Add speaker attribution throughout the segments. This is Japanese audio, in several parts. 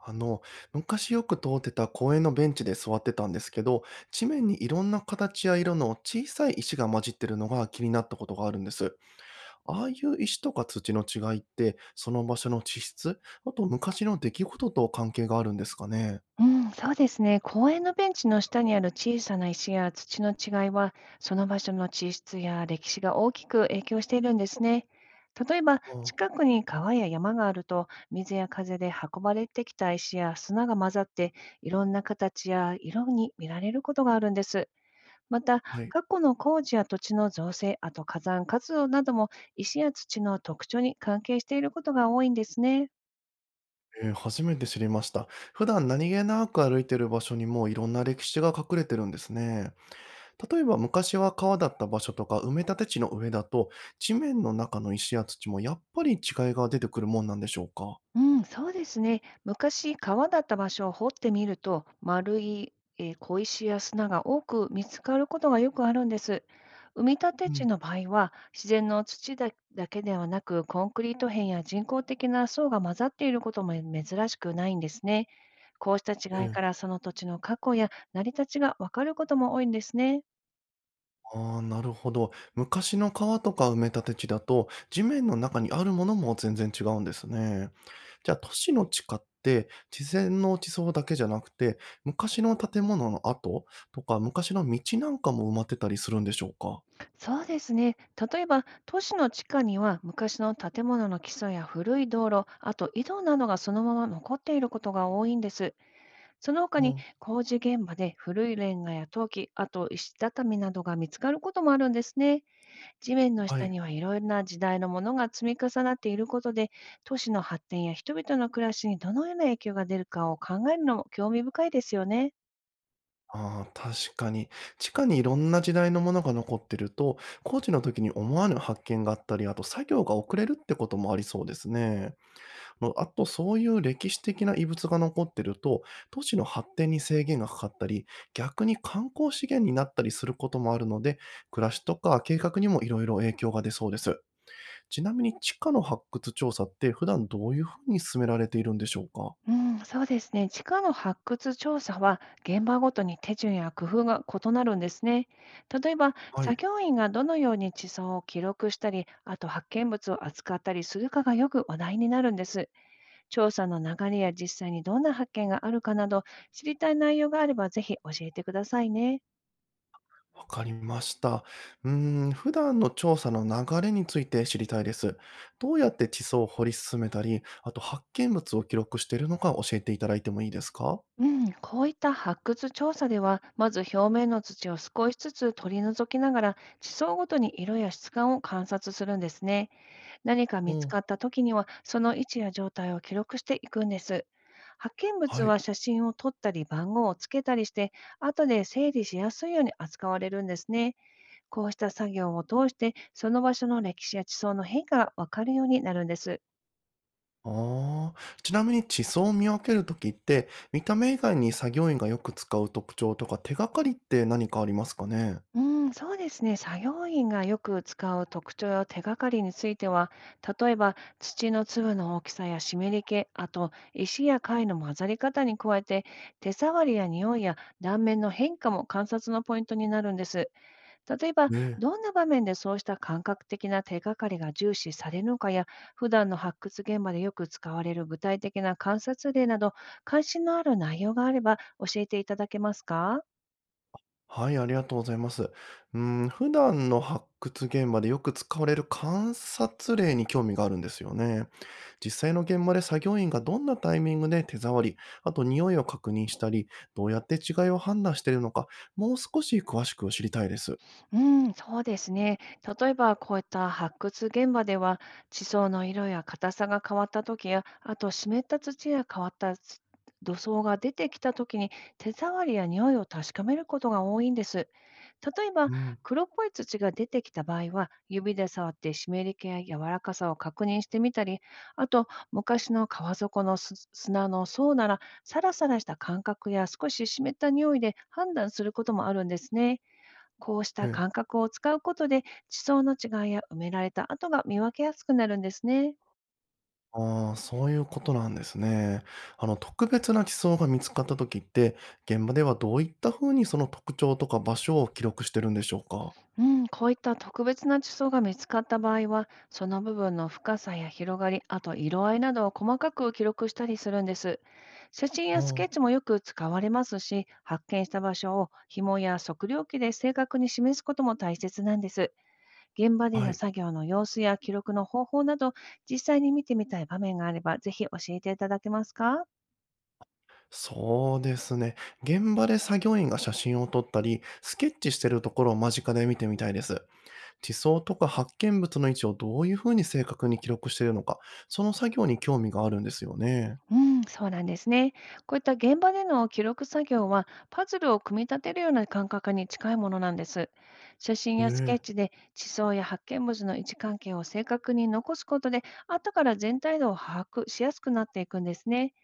Speaker 1: あの、昔よく通ってた公園のベンチで座ってたんですけど、地面にいろんな形や色の小さい石が混じってるのが気になったことがあるんです。ああいう石とか土の違いって、その場所の地質、あと昔の出来事と関係があるんですかね。
Speaker 2: うん、そうですね。公園のベンチの下にある小さな石や土の違いは、その場所の地質や歴史が大きく影響しているんですね。例えば、
Speaker 1: あ、
Speaker 2: 近くに川や山があると、水や風で運ばれてきた石や砂が混ざって、いろんな形や色に見られることがあるんです。また、
Speaker 1: はい。
Speaker 2: 過去の工事や土地の造成、あと火山活動なども、石や土の特徴に関係していることが多いんですね。
Speaker 1: 初めて知りました。普段何気なく歩いてる場所にもいろんな歴史が隠れてるんですね。例えば昔は川だった場所とか埋め立て地の上だと、地面の中の石や土もやっぱり違いが出てくるもんなんでしょうか？
Speaker 2: うん、そうですね。昔、川だった場所を掘ってみると、丸い、小石や砂が多く見つかることがよくあるんです。埋め立て
Speaker 1: う
Speaker 2: 地
Speaker 1: ん、
Speaker 2: の場合は、自然の土だけではなく、コンクリート片や人工的な層が混ざっていることも珍しくないんですね。こうした違いか
Speaker 1: え
Speaker 2: ら、
Speaker 1: え。
Speaker 2: その土地の過去や成り立ちがわかることも多いんですね。
Speaker 1: ああ、なるほど。昔の川とか埋め立て地だと、地面の中にあるものも全然違うんですね。じゃあ都市の地下って、自然の地層だけじゃなくて、昔の建物の跡とか、昔の道なんかも埋まってたりするんでしょうか？
Speaker 2: そうですね。例えば、都市の地下には昔の建物の基礎や古い道路、あと井戸などがそのまま残っていることが多いんです。その他
Speaker 1: う
Speaker 2: に
Speaker 1: ん、
Speaker 2: 工事現場で古いレンガや陶器、あと石畳などが見つかることもあるんですね。地面の
Speaker 1: は
Speaker 2: 下
Speaker 1: い。
Speaker 2: にはいろいろな時代のものが積み重なっていることで、都市の発展や人々の暮らしにどのような影響が出るかを考えるのも興味深いですよね。
Speaker 1: ああ、確かに。地下にいろんな時代のものが残ってると、工事の時に思わぬ発見があったり、あと作業が遅れるってこともありそうですね。のあと、そういう歴史的な遺物が残ってると、都市の発展に制限がかかったり、逆に観光資源になったりすることもあるので、暮らしとか計画にもいろいろ影響が出そうです。ちなみに地下の発掘調査って普段どういうふうに進められているんでしょうか？
Speaker 2: うん、そうですね。地下の発掘調査は現場ごとに手順や工夫が異なるんですね。例えば、
Speaker 1: は
Speaker 2: 作
Speaker 1: い、
Speaker 2: 業員がどのように地層を記録したり、あと発見物を扱ったりするかがよく話題になるんです。調査の流れや実際にどんな発見があるかなど、知りたい内容があればぜひ教えてくださいね。
Speaker 1: わかりました。うー普段の調査の流れについて知りたいです。どうやって地層を掘り進めたり、あと発見物を記録しているのか教えていただいてもいいですか？
Speaker 2: うん、こういった発掘調査では、まず表面の土を少しずつ取り除きながら、地層ごとに色や質感を観察するんですね。何か
Speaker 1: う
Speaker 2: 見つ
Speaker 1: ん、
Speaker 2: かった時には、その位置や状態を記録していくんです。発見物
Speaker 1: はい。
Speaker 2: は写真を撮ったり番号をつけたりして、後で整理しやすいように扱われるんですね。こうした作業を通して、その場所の歴史や地層の変化がわかるようになるんです。
Speaker 1: ああ、ちなみに地層を見分けるときって、見た目以外に作業員がよく使う特徴とか手がかりって何かありますかね？
Speaker 2: うん、そうですね。作業員がよく使う特徴や手がかりについては、例えば土の粒の大きさや湿り気、あと石や貝の混ざり方に加えて、手触りや匂いや断面の変化も観察のポイントになるんです。例えば、
Speaker 1: ねえ、
Speaker 2: どんな場面でそうした感覚的な手がかりが重視されるのかや、普段の発掘現場でよく使われる具体的な観察例など、関心のある内容があれば教えていただけますか？
Speaker 1: はい、ありがとうございます。うん、普段の発掘現場でよく使われる観察例に興味があるんですよね。実際の現場で作業員がどんなタイミングで手触り、あと匂いを確認したり、どうやって違いを判断しているのか、もう少し詳しく知りたいです。
Speaker 2: うん、そうですね。例えばこういった発掘現場では、地層の色や硬さが変わった時や、あと湿った土や変わった土層が出てきた時に、手触りや匂いを確かめることが多いんです。例えば、
Speaker 1: うん。
Speaker 2: 黒っぽい土が出てきた場合は指で触って湿り気や柔らかさを確認してみたり、あと昔の川底の砂の層ならサラサラした感覚や少し湿った匂いで判断することもあるんですね。こうし
Speaker 1: え
Speaker 2: た
Speaker 1: え。
Speaker 2: 感覚を使うことで、地層の違いや埋められた跡が見分けやすくなるんですね。
Speaker 1: ああ、そういうことなんですね。特別な地層が見つかった時って、現場ではどういったふうにその特徴とか場所を記録してるんでしょうか？
Speaker 2: うん、こういった特別な地層が見つかった場合は、その部分の深さや広がり、あと色合いなどを細かく記録したりするんです。写真
Speaker 1: あ
Speaker 2: やスケッ
Speaker 1: あ、
Speaker 2: チもよく使われますし、発見した場所を紐や測量器で正確に示すことも大切なんです。現場で
Speaker 1: は
Speaker 2: の
Speaker 1: い。
Speaker 2: 作業の様子や記録の方法など、実際に見てみたい場面があれば、ぜひ教えていただけますか？
Speaker 1: そうですね。現場で作業員が写真を撮ったり、スケッチしてるところを間近で見てみたいです。地層とか発見物の位置をどういうふうに正確に記録しているのか、その作業に興味があるんですよね。
Speaker 2: うん、そうなんですね。こういった現場での記録作業は、パズルを組み立てるような感覚に近いものなんです。写真
Speaker 1: え
Speaker 2: やスケッ
Speaker 1: え。
Speaker 2: チで地層や発見物の位置関係を正確に残すことで、後から全体像を把握しやすくなっていくんですね。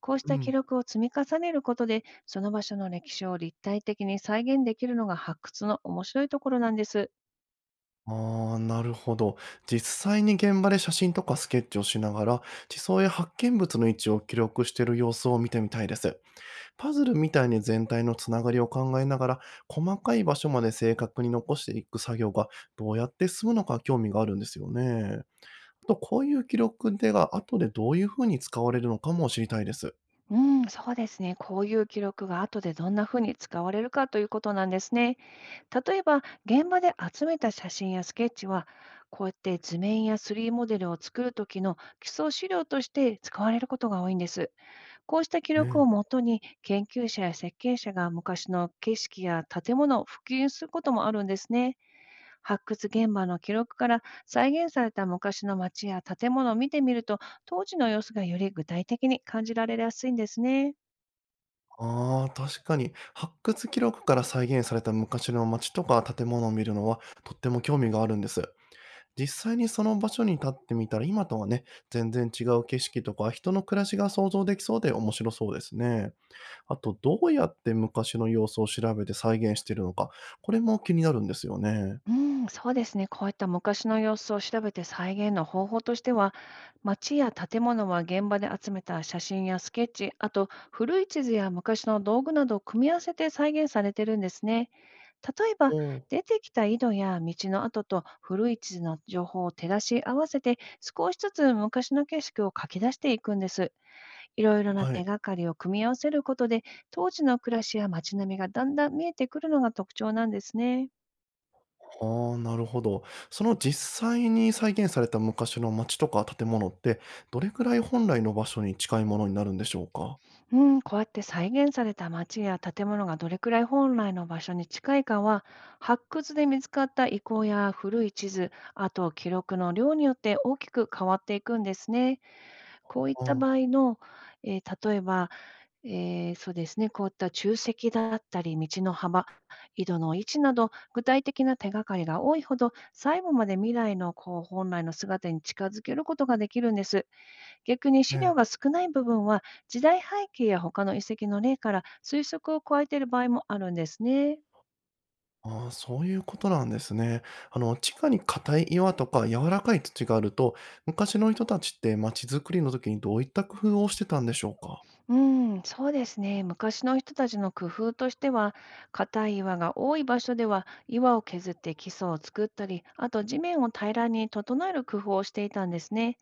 Speaker 2: こうし
Speaker 1: う
Speaker 2: た記
Speaker 1: ん。
Speaker 2: 録を積み重ねることで、その場所の歴史を立体的に再現できるのが発掘の面白いところなんです。
Speaker 1: ああ、なるほど。実際に現場で写真とかスケッチをしながら、地層や発見物の位置を記録している様子を見てみたいです。パズルみたいに全体のつながりを考えながら、細かい場所まで正確に残していく作業がどうやって進むのか興味があるんですよね。あと、こういう記録でが後でどういうふうに使われるのかも知りたいです。
Speaker 2: うん、そうですね。こういう記録が後でどんな風に使われるかということなんですね。例えば、現場で集めた写真やスケッチは、こうやって図面や 3D モデルを作る時の基礎資料として使われることが多いんです。こうした記
Speaker 1: え
Speaker 2: 録を
Speaker 1: え。
Speaker 2: もとに、研究者や設計者が昔の景色や建物を普及することもあるんですね。発掘現場の記録から再現された昔の街や建物を見てみると、当時の様子がより具体的に感じられやすいんですね。
Speaker 1: ああ、確かに。発掘記録から再現された昔の街とか建物を見るのはとっても興味があるんです。実際にその場所に立ってみたら今とはね、全然違う景色とか人の暮らしが想像できそうで面白そうですね。あと、どうやって昔の様子を調べて再現しているのか、これも気になるんですよね。
Speaker 2: うん、そうですね。こういった昔の様子を調べて再現の方法としては、街や建物は現場で集めた写真やスケッチ、あと古い地図や昔の道具などを組み合わせて再現されてるんですね。例えば、
Speaker 1: おー、
Speaker 2: 出てきた井戸や道の跡と古い地図の情報を照らし合わせて、少しずつ昔の景色を書き出していくんです。いろいろな
Speaker 1: は
Speaker 2: 手
Speaker 1: い。
Speaker 2: がかりを組み合わせることで、当時の暮らしや街並みがだんだん見えてくるのが特徴なんですね。
Speaker 1: ああ、なるほど。その実際に再現された昔の街とか建物って、どれくらい本来の場所に近いものになるんでしょうか？
Speaker 2: うん、こうやって再現された街や建物がどれくらい本来の場所に近いかは、発掘で見つかった遺構や古い地図、あと記録の量によって大きく変わっていくんですね。こういっ
Speaker 1: あ
Speaker 2: た場
Speaker 1: あ。
Speaker 2: 合の、例えば、そうですね、こういった柱石だったり、道の幅、井戸の位置など、具体的な手がかりが多いほど、最後まで未来のこう本来の姿に近づけることができるんです。逆に
Speaker 1: え
Speaker 2: 資料
Speaker 1: え。
Speaker 2: が少ない部分は、時代背景や他の遺跡の例から推測を加えている場合もあるんですね。
Speaker 1: ああ、そういうことなんですね。地下に硬い岩とか柔らかい土があると、昔の人たちって街づくりの時にどういった工夫をしてたんでしょうか？
Speaker 2: うん、そうですね。昔の人たちの工夫としては、硬い岩が多い場所では岩を削って基礎を作ったり、あと地面を平らに整える工夫をしていたんですね。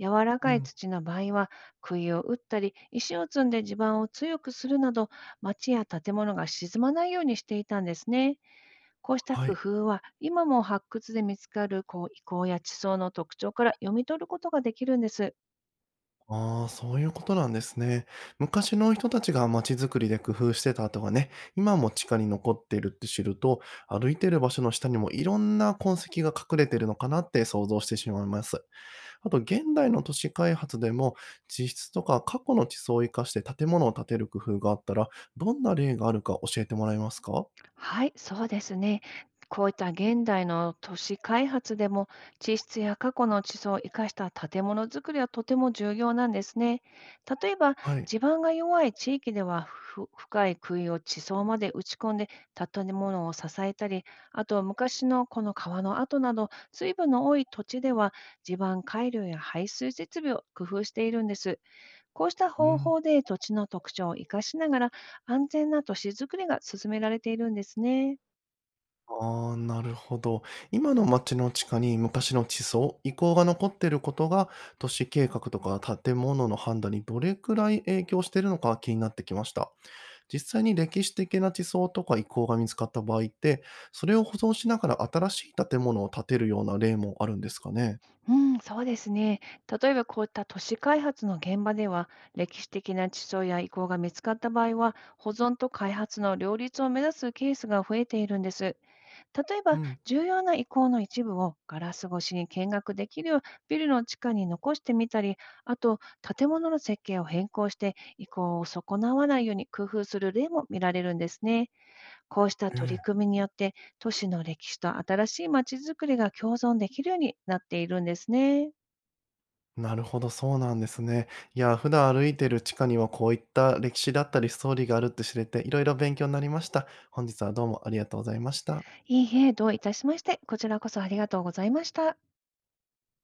Speaker 2: 柔ら
Speaker 1: う
Speaker 2: かい
Speaker 1: ん。
Speaker 2: 土の場合は、杭を打ったり、石を積んで地盤を強くするなど、町や建物が沈まないようにしていたんですね。こうした
Speaker 1: は
Speaker 2: 工
Speaker 1: い。
Speaker 2: 夫は、今も発掘で見つかるこう遺構や地層の特徴から読み取ることができるんです。
Speaker 1: ああ、そういうことなんですね。昔の人たちが街づくりで工夫してた跡がね、今も地下に残っているって知ると、歩いてる場所の下にもいろんな痕跡が隠れてるのかなって想像してしまいます。あと現代の都市開発でも、地質とか過去の地層を生かして建物を建てる工夫があったら、どんな例があるか教えてもらえますか？
Speaker 2: はい、そうですね。こういった現代の都市開発でも、地質や過去の地層を生かした建物づくりはとても重要なんですね。例えば、
Speaker 1: はい。
Speaker 2: 地盤が弱い地域では、深い杭を地層まで打ち込んで建物を支えたり、あと昔のこの川の跡など、水分の多い土地では、地盤改良や排水設備を工夫しているんです。こうした
Speaker 1: う
Speaker 2: 方
Speaker 1: ん。
Speaker 2: 法で土地の特徴を生かしながら、安全な都市づくりが進められているんですね。
Speaker 1: ああ、なるほど。今の街の地下に昔の地層、遺構が残っていることが、都市計画とか建物の判断にどれくらい影響しているのか気になってきました。実際に歴史的な地層とか遺構が見つかった場合って、それを保存しながら新しい建物を建てるような例もあるんですかね。
Speaker 2: うん、そうですね。例えばこういった都市開発の現場では、歴史的な地層や遺構が見つかった場合は、保存と開発の両立を目指すケースが増えているんです。例え
Speaker 1: う
Speaker 2: ば、
Speaker 1: ん。
Speaker 2: 重要な遺構の一部をガラス越しに見学できるようビルの地下に残してみたり、あと建物の設計を変更して遺構を損なわないように工夫する例も見られるんですね。こうした取り
Speaker 1: ええ。
Speaker 2: 組みによって、都市の歴史と新しい街づくりが共存できるようになっているんですね。
Speaker 1: なるほど、そうなんですね。いや、普段歩いてる地下にはこういった歴史だったりストーリーがあるって知れて、いろいろ勉強になりました。本日はどうもありがとうございました。
Speaker 2: いいえ、どういたしまして、こちらこそありがとうございました。